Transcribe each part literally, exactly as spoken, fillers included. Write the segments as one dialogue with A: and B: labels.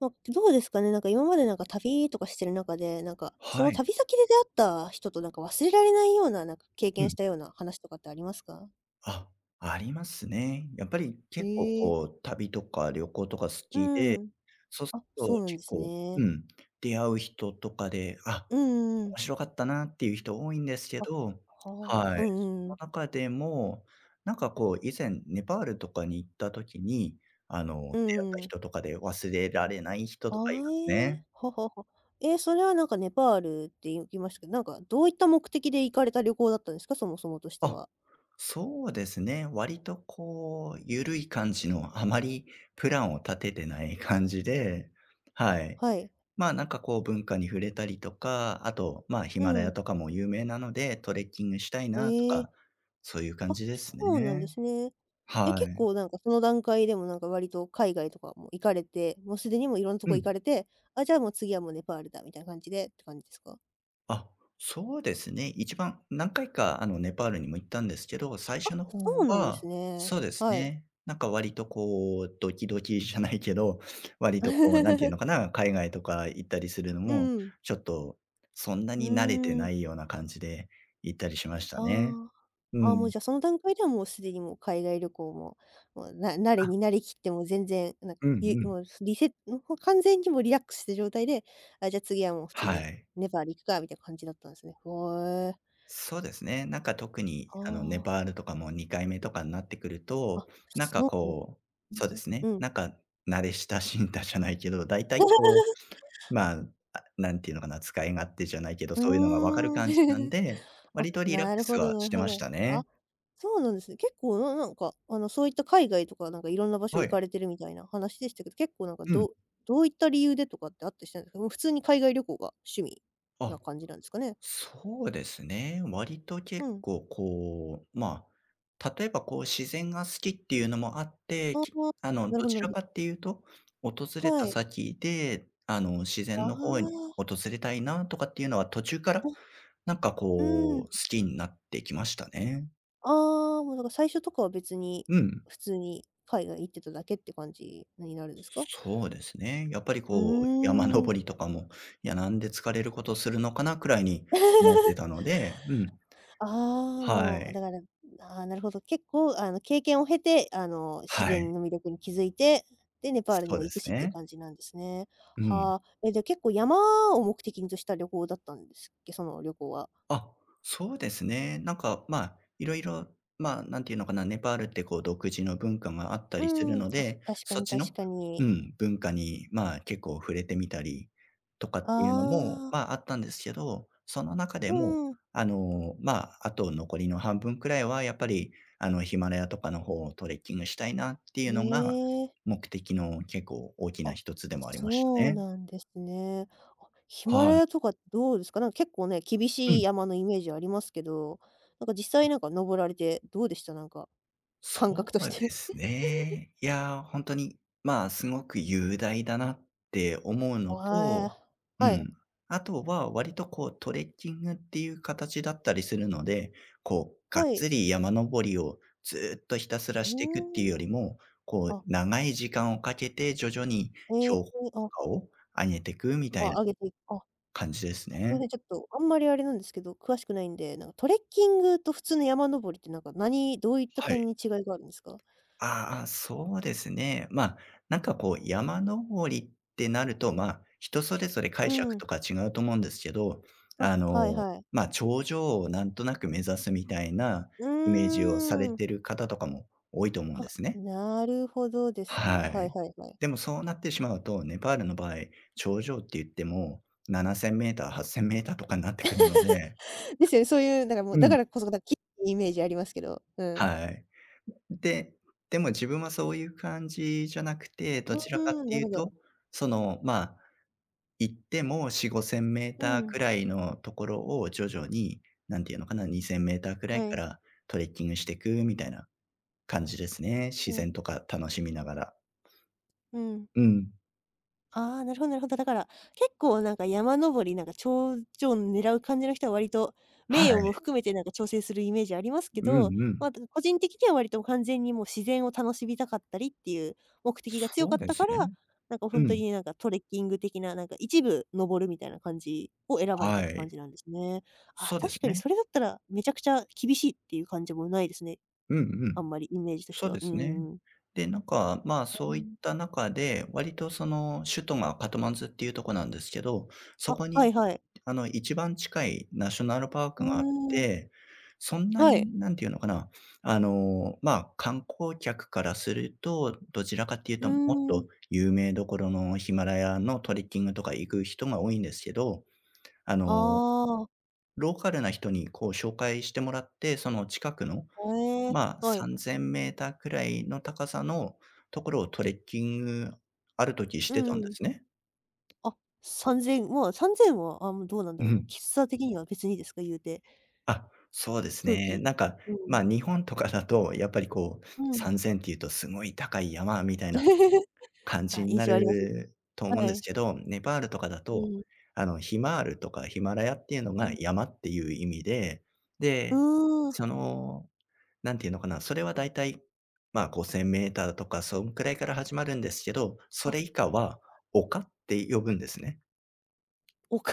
A: ま、どうですかね、なんか今までなんか旅とかしてる中で、なんか、そ
B: は
A: の
B: い。
A: 旅先で出会った人となんか忘れられないような、なんか経
B: う
A: 験し
B: ん。
A: たような話とかってありますか？
B: あ、ありますね。やっぱり
A: へ
B: 結構
A: え。
B: こう、旅とか旅行とか好き
A: う
B: で、
A: ん。
B: そうす
A: あ、
B: る
A: そ
B: と
A: うなんで
B: 結
A: す
B: 構う
A: ね。
B: ん、出会う人とかで、あ、
A: うんうんうん。
B: 面白かったなっていう人多いんですけ
A: あ、は
B: ど、
A: あ、うん
B: は
A: う
B: い。そ
A: んうん。
B: の中でも、なんかこう以前ネパールとかに行った時に、あの、出会っ
A: う
B: た
A: ん。
B: 人とかで忘れられない人
A: あ
B: とかい
A: あ、
B: ま
A: え
B: す
A: え、
B: ね。
A: ははは。え、それはなんかネパールって言いましたけど、なんかどういった目的で行かれた旅行だったんですか？そもそもとして
B: あ、
A: は。
B: そうですね。割とこう、ゆるい感じの、あまりプランを立ててない感じで、はい。
A: はい。
B: まあなんかこう文化に触れたりとか、あと、まあヒ
A: う
B: マラヤ
A: ん。
B: とかも有名なので、トレッキングしたいなと
A: え
B: か、
A: え。
B: そういう感
A: あ、
B: じで
A: そ
B: す
A: うなんで
B: ね。
A: すね。え、
B: は
A: 結
B: い。
A: 構なんかその段階でもなんか割と海外とかも行かれて、もうすでにもういろんなと
B: う
A: こ行か
B: ん。
A: れて、あ、じゃあもう次はもうネパールだみたいな感じでって感じですか？
B: あ、そうですね。一番何回か、あの、ネパールにも行ったんですけど、最
A: あ、
B: 初の方
A: そうなんです
B: は
A: ね。
B: そうです
A: はい。
B: ね。なんか割とこう、ドキドキじゃないけど、割とこう、なんていうの かな、海外とか行ったりするの
A: う
B: も、
A: んうん。
B: ちょっとそんな
A: う
B: に慣れて
A: ーん。
B: ないような感じで行ったりしました
A: あ
B: ね。
A: あ。
B: う
A: ああ、もう
B: ん。
A: じゃあその段階ではもうすでにもう海外旅行も、もうな慣れに
B: あ、
A: 慣れきってもう全然、なんか
B: うんう
A: ゆ
B: ん。
A: もうリセもう完全にもうリラックスした状態で、あ、じゃあ次はもう普通
B: は
A: に
B: い。
A: ネパール行くかみたいな感じだったんですね。ふおえ。
B: そうですね。なんか特に
A: あ
B: あのネパ
A: あ。
B: ールとかもにかいめとかになってくると、
A: あ、
B: なんか
A: そう
B: こう、
A: なん
B: そうで
A: ね。
B: すね、
A: うん。
B: なんか慣れ親しんだじゃないけど、大体こう、まあ、あ、なんていうのかな、使い勝手じゃないけど、
A: う
B: そういうのがわかる
A: ーん。
B: 感じなん で、
A: あ、
B: 割とリラック
A: なる
B: ス
A: ほど
B: は
A: な
B: し
A: る
B: て
A: ほ
B: まし
A: ど。
B: た
A: あ、
B: ね。
A: そうなんですね。結構ななんか、あの、そういった海外とか、なんかいろんな場所
B: は
A: 行か
B: い。
A: れてるみたいな話でしたけど、結構なんか、
B: う
A: ど
B: ん。
A: うどういった理由でとかってあったりしたんですか？もう普通に海外旅行が趣味な
B: あ、
A: 感じなんですかね？
B: そうですね。割と
A: う
B: 結
A: ん。
B: 構こう、まあ、例えばこう自然が好きっていうのもあって、
A: ああ、
B: きあの、
A: なる
B: ど
A: ほど
B: ち
A: なる
B: ら
A: ほ
B: か
A: ど。
B: っていうと、訪れ
A: は
B: た
A: い。
B: 先で、あの、自
A: あ
B: 然
A: あ、
B: の方に
A: あ、
B: 訪れたいなとかっていうのは途中から、なんか
A: う
B: こう、
A: ん。
B: 好きになってきましたね。
A: ああ、もうなんか最初とかは別に、
B: うん。
A: 普通に海外行ってただけって感じになるんですか？
B: そうですね。やっぱり
A: う
B: こう、山
A: ーん。
B: 登りとかも、いや、なんで疲れることするのかなくらいに 思ってたので、うん。
A: ああ、
B: は
A: もう、だ
B: い。
A: から、ああ、なるほど。結構、あの、経験を経て、あの、自
B: は
A: 然
B: い。
A: の魅力に気づいて、で、ネパールに
B: そう
A: も
B: で
A: 行く
B: す
A: しっていう
B: ね。
A: 感じなんですね。
B: うん。
A: はあ。え、じゃあ結構山を目的にとした旅行だったんですっけ？その旅行は。
B: あ、そうですね。なんか、まあ、いろいろまあ、なんていうのかな、ネパールってこう独自の文化があった
A: う
B: りする
A: ん。
B: の
A: あ、
B: で、
A: 確か
B: そっ
A: に
B: ち
A: 確
B: の
A: か
B: う
A: に。
B: ん、文化に、まあ、結構触れてみたりとか
A: あ
B: っていうのも、
A: あ、
B: まあ、あったんですけど、その中
A: う
B: でも、
A: んね
B: あの、まあ、あと残りの半分くらいはやっぱり、あの、ヒマラヤとかの方をトレッキングしたいなっていうのが、
A: え。
B: 目的の結構大きな
A: あ、
B: 一つでもありました
A: そう
B: ね。
A: なんですね。あ、ヒマ
B: は
A: ラ
B: い。
A: ヤとかどうですか？なんか結構ね、厳
B: う
A: しい
B: ん。
A: 山のイメージありますけど、なんか実際なんか登られてどうでした？なんか
B: そ
A: 感覚とし
B: うで
A: て。
B: すね。いやー、本当に、まあ、すごく雄大だなって思うの
A: わ
B: と、
A: あ。
B: う
A: はい。
B: ん。あとは割とこうトレッキングっていう形だったりするので、こう、がっ
A: はい。
B: つり山登りをずーっとひたすら
A: う
B: していくっていう
A: ーん。
B: よりも、こう
A: あ、
B: 長い時間をかけて徐々に
A: ええ、
B: 標
A: あ、
B: 高を上げていくみた
A: あ、
B: いな
A: 上げていく。あ、
B: 感じです
A: すいま
B: ね。
A: せんちょっと、あんまりあれなんですけど、詳しくないんで、なんかトレッキングと普通の山登りってなんか、何どういった
B: は
A: 点
B: い。
A: に違いがあるんですか？
B: ああ、そうですね。まあ、なんかこう、山登りってなると、まあ、人それぞれ
A: う
B: 解釈
A: ん。
B: とか違うと思うんですけど、
A: あ、
B: あ
A: はい
B: の、
A: はい。
B: まあ、頂上をなんとなく目指すみたいな
A: う
B: イメージをされ
A: ーん。
B: てる方とかも多いと思うんで
A: あ、
B: すね。
A: なるほどですね。
B: は
A: はい
B: い。
A: はいはい。
B: でもそうなってしまうと、ネパールの場合、頂上って言っても、ななせんメーター、はっせんメーターとかになってくるので、
A: ですよね、そういうなんかもう、
B: う
A: だか
B: ん、
A: らこそ、なんキッイメージありますけど。うん。
B: はい。で、でも自分はそういう感じじゃなくて、ど
A: う
B: ちらか
A: ー
B: っ
A: ん、
B: て
A: な
B: いう
A: るほ
B: と、
A: ど。
B: その、まあ、行ってもよん、ごせんメー
A: う
B: ター
A: ん。
B: くらいのところを徐々に、なんていうのかな、にせんメーターくらい
A: は
B: か
A: い。
B: らトレッキングしていくみたいな感じですね。自
A: うん、
B: 然とか楽しみながら。
A: うん。
B: うん。
A: ああ、なるほどなるほど。だから、結構なんか山登り、なんか頂上狙う感じの人は割と、
B: は
A: 名誉
B: い。
A: も含めてなんか調整するイメージありますけ
B: うんう
A: ど、ま、あ
B: ん。
A: 個人的には割と完全にもう自然を楽しみたかったりっていう目的が強
B: そ
A: かっ
B: うで
A: た
B: す
A: から、
B: ね。
A: なんか
B: う
A: 本当
B: ん。
A: になんかトレッキング的な、なんか一部登るみたいな感じを選ばれた
B: は
A: って感
B: い。
A: じなんですね。あ
B: そ
A: ー
B: うで
A: 確
B: す
A: かに
B: ね。
A: それだったら、めちゃくちゃ厳しいっていう感じもないですね。
B: うんう
A: あん
B: ん。
A: まりイメージとし
B: そ
A: て
B: う
A: は。
B: で
A: うー
B: すね。
A: ん。
B: で、なんか、まあ、そういっ
A: ん。
B: た中で、割とその首都がカトマンズっていうとこなんですけど、そ
A: あ、
B: こ
A: は
B: に
A: いはい。
B: あの一番近いナショナルパー
A: う
B: クがあっ
A: ーん。
B: て、そんな
A: はい。
B: になんていうのかな、あの、まあ、観光客からすると、どちらかっていう
A: う
B: ともっ
A: ーん。
B: と有名どころのヒマラヤのトレッキングとか行く人が多いんですけど、あの、
A: ああ、
B: ローカルな人にこう紹介してもらって、その近くの
A: ええ、
B: まあ、
A: は
B: 3
A: い。
B: 0 0 0ーターくらいの高さのところをトレッキング、ある時し
A: う
B: て
A: んう
B: たんで
A: ん。
B: すね。
A: あ、さんぜん、まあ、さん ぜろは、あ、もうどうなんだ
B: う
A: ろう、
B: ん。
A: 喫茶的には別にですか？言うて、
B: あ、そうです
A: 空
B: ね。
A: 気
B: なんか、
A: う
B: ま、
A: ん、
B: あ日本とかだと、やっぱりこう、
A: うん。
B: さんぜんっていうとすごい高い山みたいな 感
A: あ、
B: じに
A: 印
B: な
A: 象あります。
B: ると思う
A: は
B: んです
A: い。
B: けど、ネパールとかだ
A: う
B: と、
A: ん、
B: あの、ヒマールとかヒマラヤっていうの
A: う
B: が
A: ん。
B: 山っていう意味で、
A: う
B: で、
A: ー
B: そ
A: ん。
B: のなんていうのかな、それはだいたい、まあ、ごせんーターとかそんくらいから始まるんですけど、そ
A: あ、
B: れ以下は丘って呼ぶんですね。
A: 丘？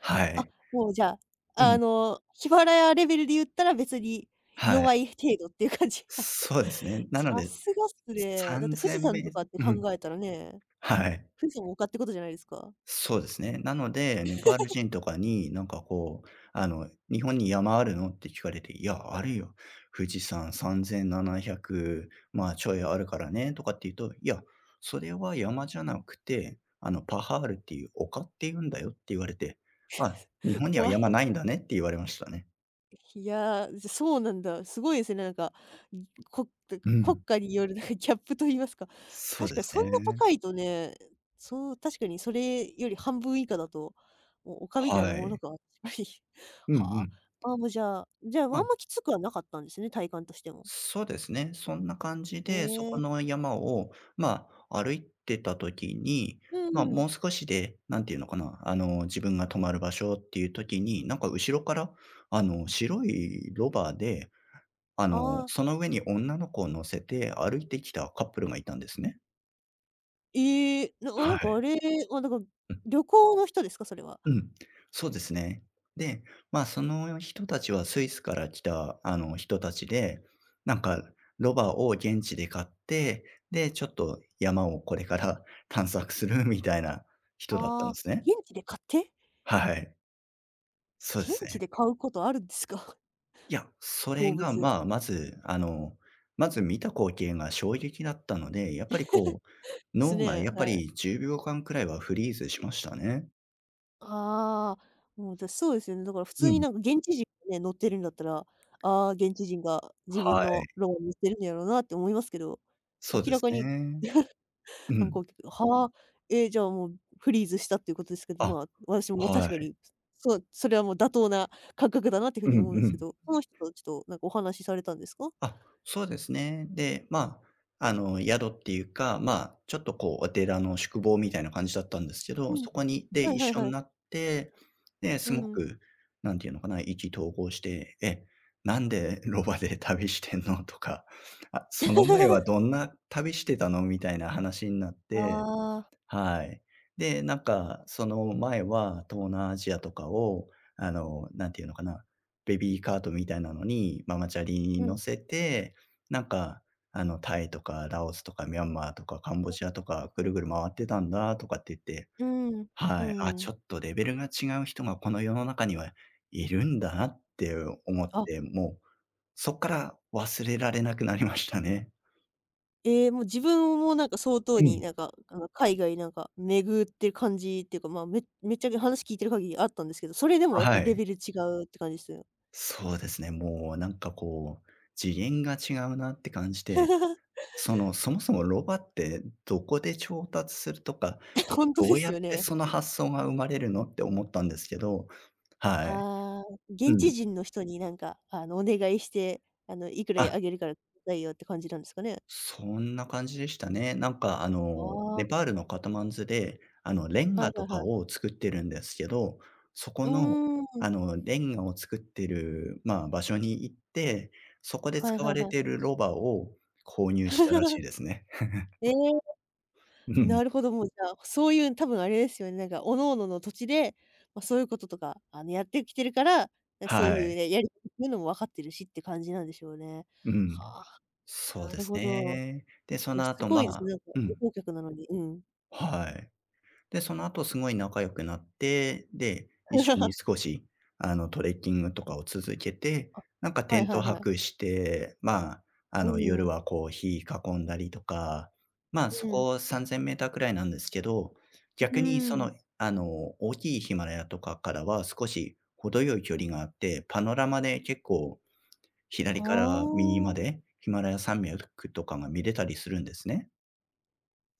B: は
A: あ、
B: い。
A: もうじゃあ、
B: う
A: あ
B: ん。
A: の、ヒマラヤレベルで言ったら別に
B: はい。
A: 弱い程度っていう感じ。はい。
B: そうですね。なの
A: さ
B: で、
A: すがっすね。だって富士
B: さんぜん
A: 山
B: メ
A: と
B: ー
A: かって
B: う
A: 考
B: ん。
A: えたらね、
B: はい。
A: 富士山も丘ってことじゃないですか。
B: そうですね。なので、ネパール人とかになんかこう、あの、日本に山あるのって聞かれて、いや、あるよ。富士山さんぜんななひゃく、まあ、ちょいあるからね、とかって言うと、いや、それは山じゃなくて、あの、パハールっていう丘って言うんだよって言われて、あ、日本 には
A: 怖
B: 山
A: い。
B: ないんだねって言われましたね。
A: いや、じゃ、そうなんだ。すごいですね、なんか、いこ
B: う
A: 国
B: ん。
A: 家によるなんかギャップと言いますか、
B: そう
A: 確
B: で
A: かに
B: す
A: そんな
B: ね。
A: 高いとね、そう、確かにそれより半分以下だと、もう丘みたいな
B: は
A: もの
B: い。
A: が、確かに
B: うんう
A: はあ、
B: ん。
A: ああ、もうじゃあじゃあ、まあ
B: ま
A: ん
B: あ
A: まきつくはなかったんですね、体感としても。
B: そうですね。そんな感じ
A: え
B: で、そこ
A: え、
B: の山を、まあ、歩いてた時に、
A: うん
B: まあ、
A: うん。
B: もう少しで、なんていうのかな、あの、自分が泊まる場所っていう時に、なんか後ろから、あの、白いロバで、あの、
A: ああ、
B: その上に女の子を乗せて歩いてきたカップルがいたんですね。
A: ええ、なな
B: は
A: んか
B: い。
A: あれあなんか旅行の人ですか？それは。
B: うん、そうですね。で、まあ、その人たちはスイスから来た、あの、人たちで、なんかロバを現地で買って、で、ちょっと山をこれから 探索するみたいな人だったんで
A: ああ、
B: すね。
A: 現地で買って？
B: はい。そうで
A: 現
B: す
A: 地
B: ね。
A: で買うことあるんですか？
B: いや、そ
A: 動
B: れが、
A: 物。
B: まあ、まず、あの、まず見た光景が衝撃だったので、やっぱりこ
A: で
B: う、
A: す
B: 脳が
A: ね、
B: やっぱ
A: はい。
B: りじゅうびょうかんくらいはフリーズしましたね。
A: ああ、もう私そうですよね。だから普
B: う
A: 通に
B: ん。
A: なんか現地人がね、乗ってるんだったら、ああ、現地人が自分
B: はい。
A: のロマンにしてるんやろうなって思いますけど、
B: そう
A: 明
B: で
A: ら
B: す
A: かに
B: ね。う
A: 観
B: ん。
A: 光客はあ、え、じゃあもうフリーズしたっていうことですけど、
B: あ、
A: まあ、私も確
B: は
A: か
B: い。
A: に、そう、それはもう妥当な感覚だなっていうふう
B: う
A: に
B: んう
A: 思うんですけ
B: ん。
A: ど、その人とちょっとなんかお話しされたんですか？
B: あ、そうですね。で、まあ、あの、宿っていうか、まあ、ちょっとこうお寺の宿坊みたいな感じだったんですけ
A: う
B: ど、
A: ん。
B: そこにで、
A: はい
B: 一
A: はい
B: 緒
A: は
B: に
A: い。
B: なって、で、
A: う
B: すご
A: ん。
B: く、なんていうのかな、意気投合して、「え、なんでロバで旅してんの？」とか、「あ、その前はど んな旅してたの？」みたいな話になって。
A: ああ、
B: はい。で、なんか、その前は東南アジアとかを、あの、なんていうのかな、ベビーカートみたいなのに、ママチャリに
A: う
B: 乗
A: ん、
B: せて、なんか、あの、タイとかラオスとかミャンマーとかカンボジアとかぐるぐる回ってたんだとかって言って、
A: うん、う
B: はい、あ、ちょ
A: ん。
B: っとレベルが違う人がこの世の中にはいるんだなって思っ
A: あ
B: て、もうそっから忘れられなくなりましたね。
A: ええ、もう自分もなんか相当
B: う
A: に
B: ん。
A: なんか、あの、海外なんか巡ってる感じっていうか、まあ、めめっちゃけ話聞いてる限りあったんですけど、それでもやっぱ
B: は
A: りレ
B: い。
A: ベル違うって感じですよ。
B: そうですね、もうなんかこう、次元が違うなって感じて、その、そもそもロバってどこで調達するとか、
A: ほんと
B: ど
A: で
B: う
A: す
B: やっ
A: よ
B: て
A: ね。
B: その発想が生まれるのって思ったんですけど、はい。
A: ああ、
B: う
A: 現地
B: ん。
A: 人の人になんか、あの、お願いして、あの、いくら
B: あ
A: あげるからくださいよって感じなんですかね？
B: そんな感じでしたね。なんかあ
A: あ
B: の、ネ
A: あ、
B: パールのカトマンズで、あの、レン
A: はい
B: ガ
A: は
B: と
A: いは
B: か
A: い。
B: を作ってるんですけど、そこ
A: う
B: の、
A: ーん、
B: あの、レンガを作ってる、まあ、場所に行って、そこで
A: はい
B: 使
A: は
B: わ
A: い
B: れ
A: はい。
B: てるロバを購入したらし いですね。
A: ええ。
B: うん。
A: なるほど、もうじゃあ、そういう多分あれですよね、なんか各々のの土地で、ま、そういうこととか、あの、やってきてるから、なんかそう
B: は
A: いう
B: い。
A: ね、やり方っていうのも分かってるしって感じなんでしょうね。
B: うん。
A: はあ、
B: そう
A: な
B: で
A: る
B: す
A: ほど。
B: ね。で、そ
A: いや、
B: の
A: す
B: 後、
A: ご
B: ま
A: いですね、
B: あ
A: なんか
B: う
A: 旅
B: ん、
A: 行客なのに、うん。
B: はい。で、その後すごい仲良くなって、で、一緒に 少し、あの、トレッキングとかを続けて、
A: あ、
B: なんかテ
A: はい
B: ン
A: は
B: ト
A: いはい。
B: 泊して、まあ、あ
A: う
B: の、夜
A: ん、
B: はこう火囲んだりとか、まあ、そ
A: うん、
B: こさんぜんメーターくらいなんですけど、
A: う
B: 逆にそ
A: ん。
B: の、あの、大きいヒマラヤとかからは少し程よい距離があって、パノラマで結構
A: あ
B: 左から右ま
A: あ。
B: でヒマラヤ山脈とかが見れたりするんですね。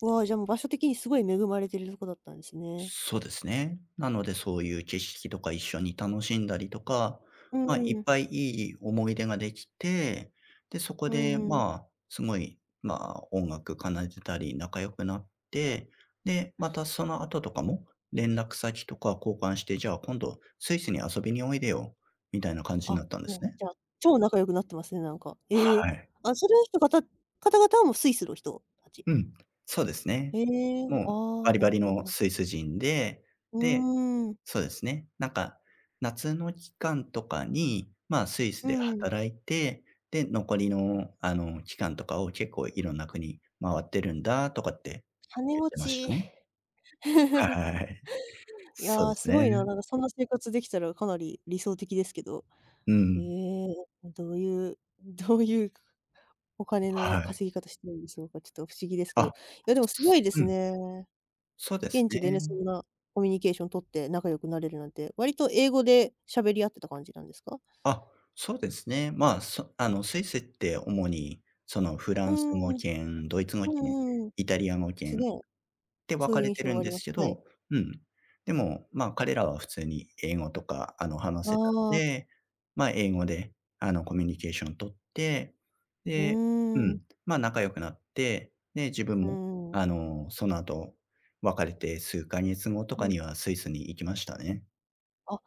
A: わあ、じゃあもう場所的にすごい恵まれてるとこだったんですね。
B: そうですね。なので、そういう景色とか一緒に楽しんだりとか、
A: う
B: まあ、い
A: ん、
B: っ
A: うん
B: ぱいいい思い出ができて、で、そこ
A: う
B: で、
A: ん。
B: まあ、すごい、まあ、音楽奏でたり、仲良くなって、で、またその後とかも、連絡先とか交換して、じゃあ今度、スイスに遊びにおいでよ、みたいな感じに
A: あ、
B: なったんで
A: も
B: す
A: う、
B: ね。
A: じゃあ、超仲良くなってますね、なんか。
B: は
A: ええ。
B: い。
A: あ、それの人かた方々はもうスイスの人たち。
B: うん。そうですね。
A: へえ、
B: もう、
A: ああ、
B: バリ
A: な
B: バ
A: る
B: リ
A: ほどなるほ
B: の
A: ど。
B: スイス人で、
A: う
B: で、
A: ーん、
B: そうですね。なんか、夏の期間とかに、まあ、スイス
A: う
B: で
A: ん、
B: 働いて、で、残りの、あの、期間とかを結構いろんな国回ってるんだとかって
A: 金
B: 言っ
A: 持
B: てました
A: ち。
B: ね。はい。
A: い
B: そうで
A: や、
B: す
A: すご
B: ね。
A: いな、なんかそんな生活できたらかなり理想的ですけど。
B: う
A: え
B: ん。
A: え、どういう、どういうお金の
B: はい。
A: 稼ぎ方してるんでしょうか、ちょっと不思議ですけど。い
B: あ、
A: や、でもすごいで
B: う
A: す
B: ん。
A: ね。
B: そうです
A: 現地でね、
B: ね。
A: そんなコミュニケーション取って仲良くなれるなんて、割と英語で喋り合ってた感じなんですか？
B: あ、そうですね。まあ、そあの、スイスって主に、その、フラ
A: うー
B: ンス語
A: ん、
B: 圏、ドイツ語
A: う
B: 圏、
A: んうん。
B: イタリア語
A: す
B: 圏
A: ね、
B: で、分
A: そう
B: か
A: いう
B: れ
A: 印
B: て
A: 象
B: る
A: は
B: ん
A: あり
B: で
A: ま
B: す
A: す。
B: け
A: はい。
B: ど、うん。でも、まあ、彼らは普通に英語とか、あの、話せたの
A: ああ、
B: で、まあ、英語で、あの、コミュニケーション取って、
A: う
B: でう
A: ーん、
B: ん、まあ、仲良くなって、で、自分
A: うー
B: も、
A: ん、
B: あの、その後、別れてすうかげつ後と
A: う
B: か
A: ん。
B: にはスイスに行きましたね。
A: あ、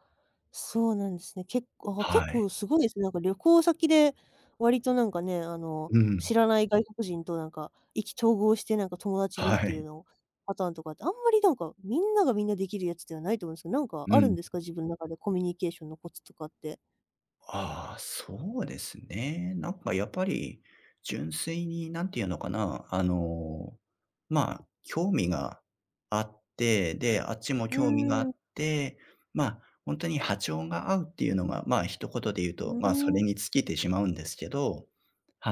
A: そうなんですね。結構あ、結
B: はい。
A: 構すごいですね。なんか旅行先で、割となんかね、あの、
B: う
A: 知
B: ん。
A: らない外国人となんか意気投合して、なんか友達にっ
B: は
A: ていう
B: い。
A: のパターンとかって、あんまりなんか、みんながみんなできるやつではないと思うんですけど、なんか
B: う
A: あるん
B: ん。
A: ですか？自分の中でコミュニケーションのコツとかって。
B: ああ、そうですね。なんかやっぱり、純粋に、なんていうのかな、あの、まあ、興味があって、で、あっちも
A: う
B: 興味があ
A: ー
B: っ
A: ん、
B: て、まあ、本当に波長が合うっていうのが、まあ、一言で言う
A: う
B: と、まあ、そ
A: ーん、
B: れに尽きてしまうんですけど、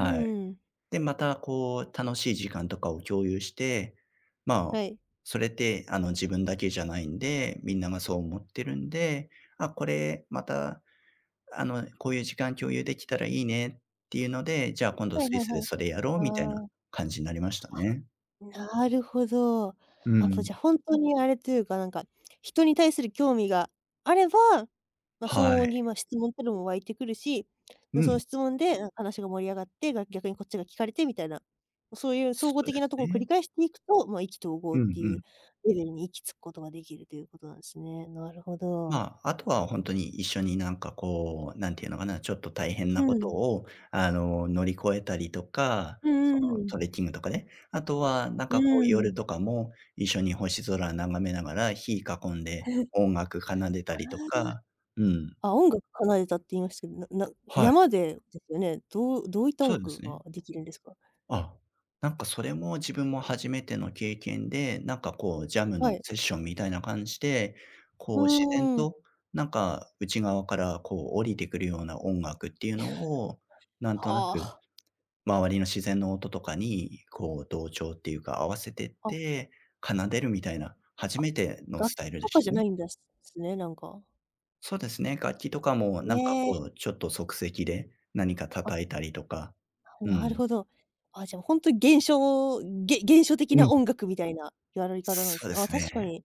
A: うん
B: い。
A: うん。
B: で、またこう、楽しい時間とかを共有して、まあ、
A: はい。
B: それって、あの、自分だけじゃないんで、みんながそう思ってるんで、あ、これまたあの、こういう時間共有できたらいいねっていうので、じゃあ今度
A: は
B: ス
A: いは
B: イ
A: い
B: ス
A: は
B: で
A: い。
B: それやろう
A: あ
B: みたいな
A: あ。
B: 感じになりましたね。
A: なるほど。
B: う
A: あ、もう
B: ん。
A: じゃ、あ本当にあれというか、なんか、人に対する興味があれば、ま、相
B: は
A: 応
B: い。
A: に、ま、質問ってのも湧いてくるし、
B: う
A: まその
B: ん。
A: 質問で、あ話が盛り上がって、が逆にこっちが聞かれてみたいな、そういう総
B: そ
A: 合
B: うで
A: 的な
B: す
A: ところを繰り
B: ね。
A: 返していくと、ま、意気投合
B: う
A: っ
B: んう
A: ていう
B: ん。
A: レベルに行き着くことができるということなんですね。なるほど。
B: まあ、あとは本当に一緒になんかこう、なんていうのかな、ちょっと大変
A: う
B: なこと
A: ん。
B: を、あの、乗り越えたりとか、
A: うん
B: そ
A: うん
B: の
A: うん。
B: トレッキングとかね。あとはなん
A: う
B: かこう
A: ー
B: 夜
A: ん。
B: とかも一緒に星空眺めながら火囲ん で
A: あ
B: 音楽奏でたりと
A: あ。
B: か、うん。
A: あ、音楽奏でたって言いましたけど、なな
B: はい、
A: 山でですよね。どうどういった音
B: そうで
A: 楽
B: すね。
A: ができるんですか？
B: あ、なんかそれも自分も初めての経験で、なんかこうジャム
A: は
B: の
A: い。
B: セッションみたいな感じで、
A: う
B: こう自然
A: ーん。
B: となんか内側からこう降りてくるような音楽っていうのを、なん
A: は
B: となく
A: あ。
B: 周りの自然の音とかにこう同調っていうか合わせてっ
A: あ、
B: て奏でるみたいな、初
A: あ、
B: めての
A: 楽
B: ス
A: 器
B: タイルで
A: とか
B: し
A: じゃ
B: た
A: な
B: ね。
A: いんです、すね、なんか。
B: そうですね、楽器とかもなんか
A: ねえ。
B: こうちょっと即席で何か
A: あ、
B: 叩いたりとか、う
A: なる
B: ん。
A: ほど。あ、じゃあほんとに現象げ現象的
B: う
A: な
B: ん。
A: 音楽みたいなやり方なんで
B: そ
A: す
B: うで
A: ね。あ、
B: す
A: 確か
B: ね。
A: に、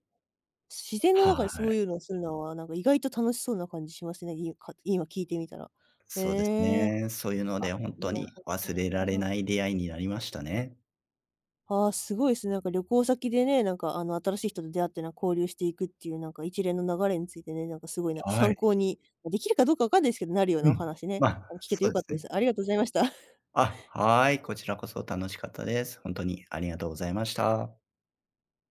A: 自然の中
B: は
A: でそうい
B: い。
A: うのをするのは、なんか意外と楽しそうな感じしますね、いか今聞いてみたら。へ
B: そうです
A: え。
B: ね。そういうので本当
A: なる
B: に忘れら
A: ほ
B: れ
A: ど。
B: ない出会いになりましたね。
A: ああ、すごいですね。なんか旅行先でね、なんかあの新しい人と出会ってなんか交流していくっていうなんか一連の流れについてね、なんかすごいなんか
B: は
A: 参
B: い。
A: 考に、ま、できるかどうかわかんないですけど、なるよう
B: う
A: なお
B: ん。
A: 話ね、
B: ま
A: あ
B: あ、
A: の聞けて
B: そ
A: 良
B: う
A: か
B: で
A: った
B: す
A: で
B: ね。
A: す。ありがとうございました。
B: あ、はい、こちらこそ楽しかったです。本当にありがとうございました。